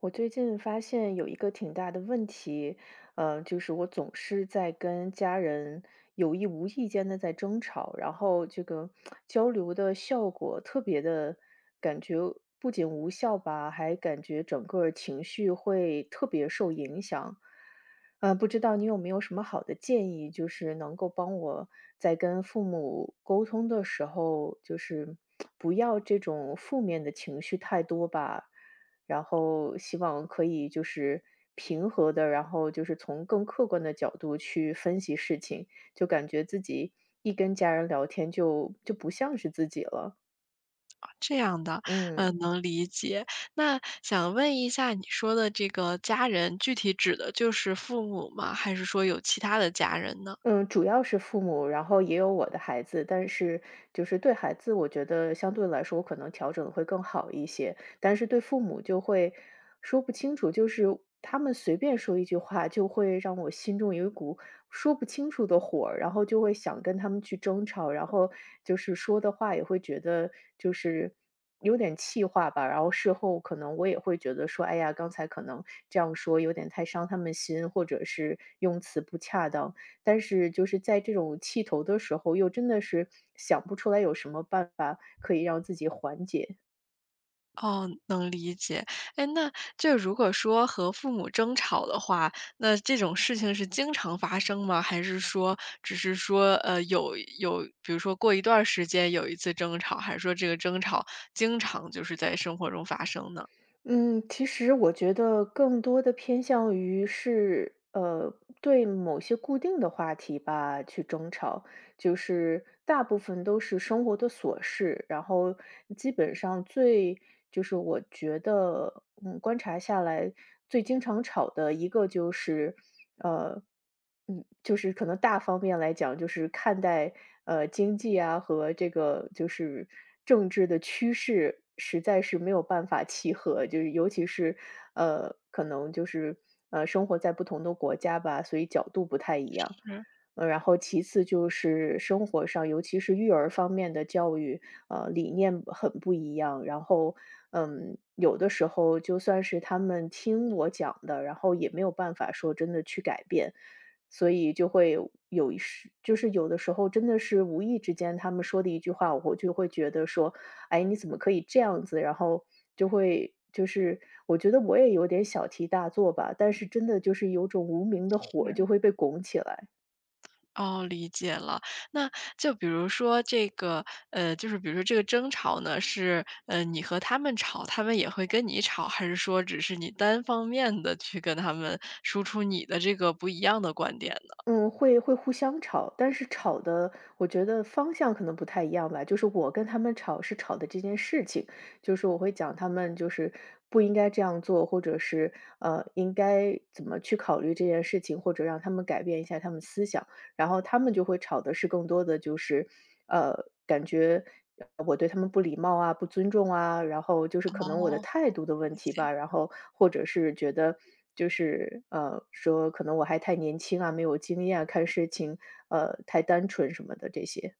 我最近发现有一个挺大的问题，就是我总是在跟家人有意无意间的在争吵，然后这个交流的效果特别的感觉不仅无效吧，还感觉整个儿情绪会特别受影响。不知道你有没有什么好的建议，就是能够帮我在跟父母沟通的时候，就是不要这种负面的情绪太多吧。然后希望可以就是平和的，然后就是从更客观的角度去分析事情，就感觉自己一跟家人聊天就不像是自己了，这样的，嗯，嗯。能理解。那想问一下，你说的这个家人，具体指的就是父母吗？还是说有其他的家人呢？嗯，主要是父母，然后也有我的孩子，但是就是对孩子，我觉得相对来说，我可能调整得会更好一些，但是对父母就会说不清楚，就是他们随便说一句话，就会让我心中有一股说不清楚的火儿然后就会想跟他们去争吵，然后就是说的话也会觉得就是有点气话吧，然后事后可能我也会觉得说，哎呀，刚才可能这样说有点太伤他们心，或者是用词不恰当。但是就是在这种气头的时候，又真的是想不出来有什么办法可以让自己缓解。哦，能理解。哎，那就如果说和父母争吵的话，那这种事情是经常发生吗？还是说只是说，有，比如说过一段儿时间有一次争吵，还是说这个争吵经常就是在生活中发生呢？嗯，其实我觉得更多的偏向于是，对某些固定的话题吧去争吵。就是大部分都是生活的琐事，然后基本上最就是我觉得，嗯，观察下来最经常吵的一个就是，呃，就是可能大方面来讲，就是看待经济啊和这个就是政治的趋势，实在是没有办法契合，就是尤其是可能就是生活在不同的国家吧，所以角度不太一样。是然后其次就是生活上，尤其是育儿方面的教育，理念很不一样。然后，嗯，有的时候就算是他们听我讲的，然后也没有办法说真的去改变，所以就会有一时，就是有的时候真的是无意之间他们说的一句话，我就会觉得说，哎，你怎么可以这样子？然后就会。就是我觉得我也有点小题大做吧，但是真的就是有种无名的火是。就会被拱起来。哦，理解了。那就比如说这个，就是比如说这个争吵呢，是你和他们吵，他们也会跟你吵，还是说只是你单方面的去跟他们输出你的这个不一样的观点呢？嗯，会互相吵，但是吵的我觉得方向可能不太一样吧。就是我跟他们吵是吵的这件事情，就是我会讲他们就是不应该这样做，或者是应该怎么去考虑这件事情，或者让他们改变一下他们思想。然后他们就会吵的是更多的就是，呃，感觉我对他们不礼貌啊、不尊重啊，然后就是可能我的哦，态度的理问题解。吧，然后或者是觉得就是，说可能我还太年轻啊，没有经验啊，看事情，太单纯什么的这些。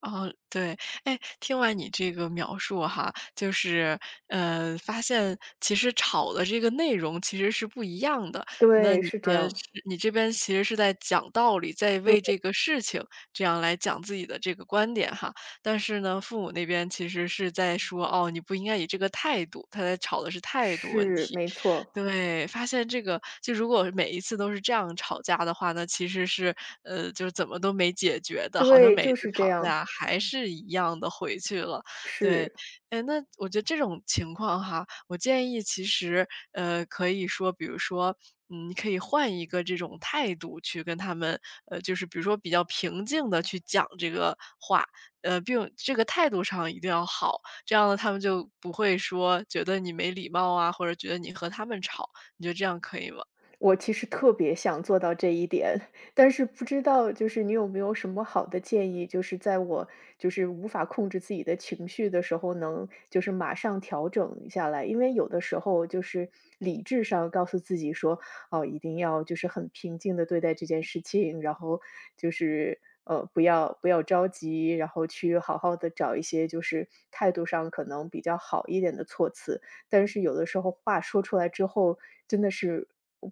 哦，对，哎，听完你这个描述哈，发现其实吵的这个内容其实是不一样的。那对，你是这是样，你这边其实是在讲道理，在对，为这个事情这样来讲自己的这个观点哈。但是呢，父母那边其实是在说，哦，你不应该以这个态度，他在吵的是态度问是，题。没错，对，发现这个就如果每一次都是这样吵架的话，那其实是，就是怎么都没解决的，好像对，每一就次是这吵样，架还是一样的回去了。对，是。哎，那我觉得这种情况哈，我建议其实，可以说，比如说，嗯，你可以换一个这种态度去跟他们，就是比如说比较平静的去讲这个话，并这个态度上一定要好。这样呢，他们就不会说觉得你没礼貌啊，或者觉得你和他们吵，你觉得这样可以吗？我其实特别想做到这一点，但是不知道就是你有没有什么好的建议，就是在我就是无法控制自己的情绪的时候，能就是马上调整下来。因为有的时候就是理智上告诉自己说，哦，一定要就是很平静的对待这件事情，然后就是不要着急，然后去好好的找一些就是态度上可能比较好一点的措辞。但是有的时候话说出来之后，真的是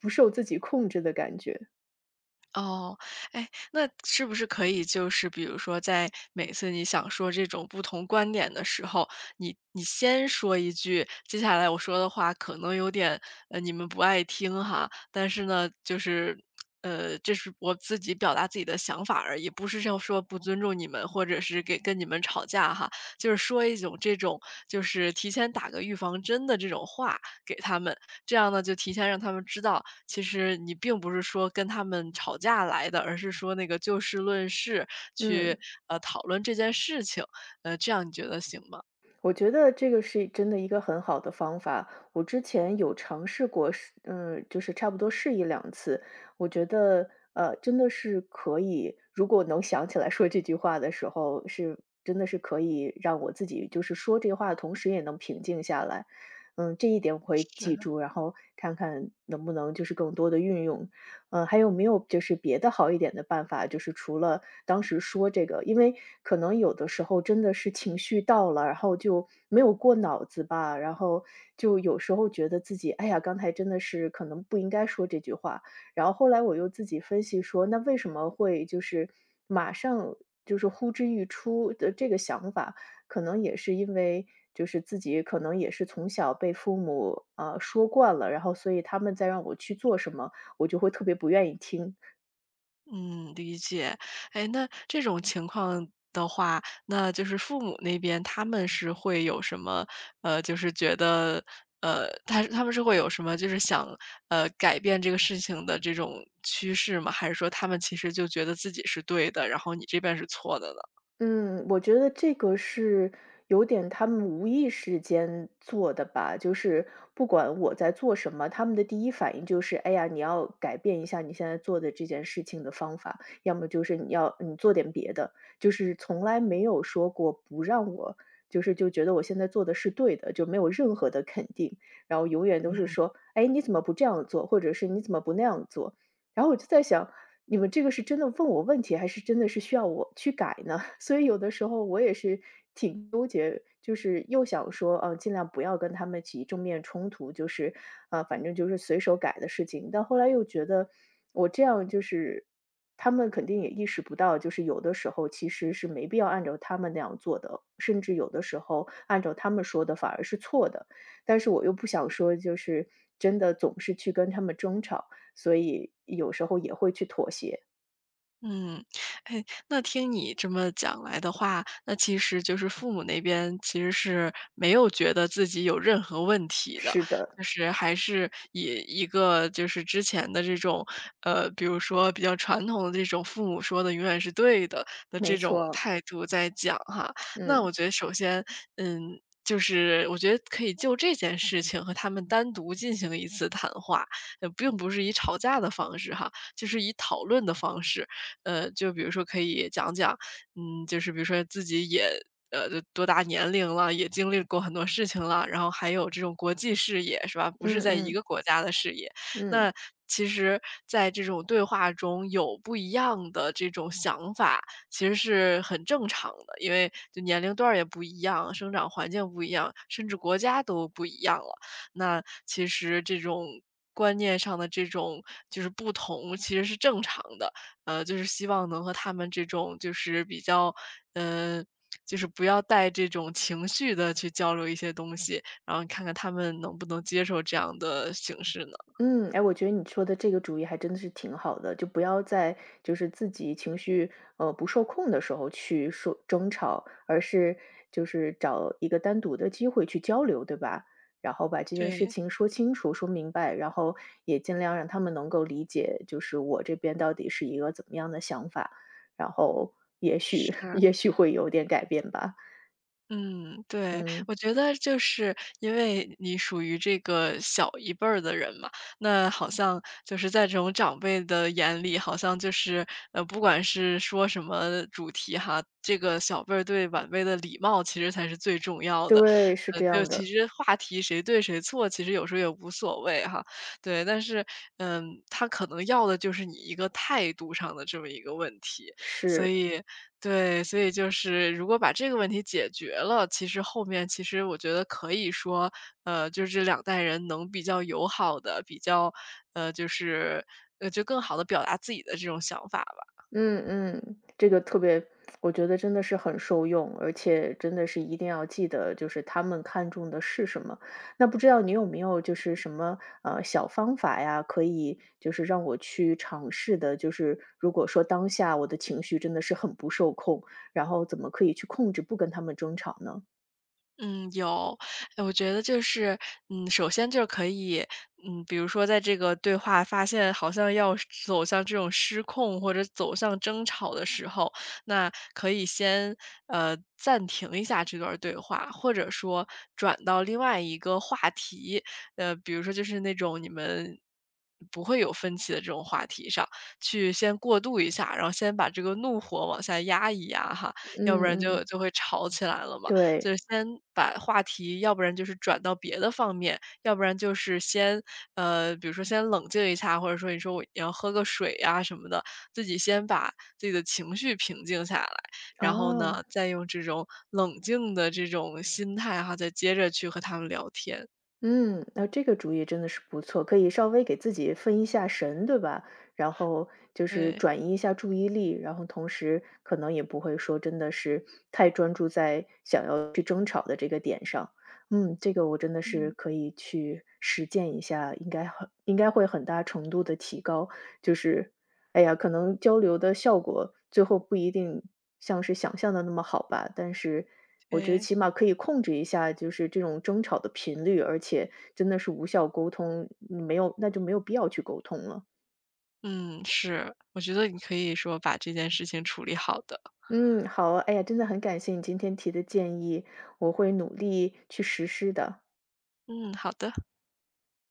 不受自己控制的感觉。哦，哎，那是不是可以就是比如说在每次你想说这种不同观点的时候，你先说一句，接下来我说的话可能有点，你们不爱听哈，但是呢，这是我自己表达自己的想法而已，不是要说不尊重你们，或者是给跟你们吵架哈，就是说一种这种就是提前打个预防针的这种话，给他们，这样呢，就提前让他们知道，其实你并不是说跟他们吵架来的，而是说那个就事论事嗯，去，讨论这件事情，这样你觉得行吗？我觉得这个是真的一个很好的方法。我之前有尝试过试，嗯，就是差不多试一两次，我觉得，真的是可以，如果能想起来说这句话的时候，是真的是可以让我自己就是说这话的同时也能平静下来。嗯，这一点我会记是。住，然后看看能不能就是更多的运用。嗯，还有没有就是别的好一点的办法？就是除了当时说这个，因为可能有的时候真的是情绪到了，然后就没有过脑子吧，然后就有时候觉得自己，哎呀，刚才真的是可能不应该说这句话。然后后来我又自己分析说，那为什么会就是马上就是呼之欲出的这个想法，可能也是因为就是自己可能也是从小被父母啊说惯了，然后所以他们在让我去做什么。我就会特别不愿意听。嗯，理解。哎，那这种情况的话，那就是父母那边他们是会有什么就是觉得他们是会有什么就是想，改变这个事情的这种趋势吗？还是说他们其实就觉得自己是对的，然后你这边是错的呢？嗯，我觉得这个是有点他们无意识间做的吧，就是不管我在做什么，他们的第一反应就是：“哎呀，你要改变一下你现在做的这件事情的方法，要么就是你要你做点别的。”就是从来没有说过不让我就是就觉得我现在做的是对的，就没有任何的肯定，然后永远都是说：“哎，你怎么不这样做？”或者是“你怎么不那样做？”然后我就在想，你们这个是真的问我问题，还是真的是需要我去改呢？所以有的时候我也是挺纠结，就是又想说，尽量不要跟他们起正面冲突，就是，反正就是随手改的事情。但后来又觉得，我这样就是他们肯定也意识不到，就是有的时候其实是没必要按照他们那样做的，甚至有的时候按照他们说的反而是错的。但是我又不想说，就是真的总是去跟他们争吵，所以有时候也会去妥协。嗯，哎，那听你这么讲来的话，那其实就是父母那边其实是没有觉得自己有任何问题的，是的，就是还是以一个就是之前的这种，比如说比较传统的这种父母说的永远是对的的这没种错，态度在讲哈。那嗯我觉得首先，嗯，就是我觉得可以就这件事情和他们单独进行一次谈话，并不是以吵架的方式哈，就是以讨论的方式。就比如说可以讲讲，嗯，就是比如说自己也呃，多大年龄了，也经历过很多事情了，然后还有这种国际视野是吧？不是嗯在一嗯。个国家的视野。嗯，那其实在这种对话中有不一样的这种想法，其实是很正常的，因为就年龄段儿也不一样，生长环境不一样，甚至国家都不一样了。那其实这种观念上的这种就是不同，其实是正常的。就是希望能和他们这种就是比较，呃，就是不要带这种情绪的去交流一些东西，然后看看他们能不能接受这样的形式呢？嗯，哎，我觉得你说的这个主意还真的是挺好的，就不要在就是自己情绪不受控的时候去说争吵，而是就是找一个单独的机会去交流，对吧？然后把这件事对，情说清楚、说明白，然后也尽量让他们能够理解，就是我这边到底是一个怎么样的想法，然后也许 是。也许会有点改变吧。嗯，对，嗯，我觉得就是因为你属于这个小一辈儿的人嘛，那好像就是在这种长辈的眼里，好像不管是说什么主题哈，这个小辈儿对晚辈的礼貌其实才是最重要的。对，是这就样其的，实话题谁对谁错，其实有时候也无所谓哈。对，但是嗯，他可能要的就是你一个态度上的这么一个问题，所是。以对，所以就是如果把这个问题解决了，其实后面其实我觉得可以说，就是这两代人能比较友好的比较，呃，就是，就更好的表达自己的这种想法。嗯嗯，这个特别我觉得真的是很受用，而且真的是一定要记得，就是他们看重的是什么。那不知道你有没有就是什么，小方法呀，可以就是让我去尝试的，就是如果说当下我的情绪真的是很不受控，然后怎么可以去控制不跟他们争吵呢？嗯，有，哎，我觉得就是，嗯，首先就是可以，嗯，比如说在这个对话发现好像要是走向这种失控或者走向争吵的时候，那可以先暂停一下这段儿对话，或者说转到另外一个话题，比如说就是那种你们不会有分歧的这种话题上去先过渡一下，然后先把这个怒火往下压一压哈，要不嗯然就嗯，就会吵起来了嘛。就对，是先把话题，要不然就是转到别的方面，要不然就是先，比如说先冷静一下，或者说你说我要喝个水呀、什么的，自己先把自己的情绪平静下来，然后哦。呢，再用这种冷静的这种心态哈，再接着去和他们聊天。嗯，那这个主意真的是不错，可以稍微给自己分一下神，对吧？然后就是对，转移一下注意力，然后同时可能也不会说真的是太专注在想要去争吵的这个点上。嗯，这个我真的是嗯，可以去实践一下，应该很应该会很大程度的提高，就是哎呀，可能交流的效果最后不一定像是想象的那么好吧，但是我觉得对，起码可以控制一下，就是这种争吵的频率，而且真的是无效沟通，你没有那就没有必要去沟通了。嗯，是，我觉得你可以说把这件事情处理好的。嗯，好啊，哎呀，真的很感谢你今天提的建议，我会努力去实施的。嗯，好的。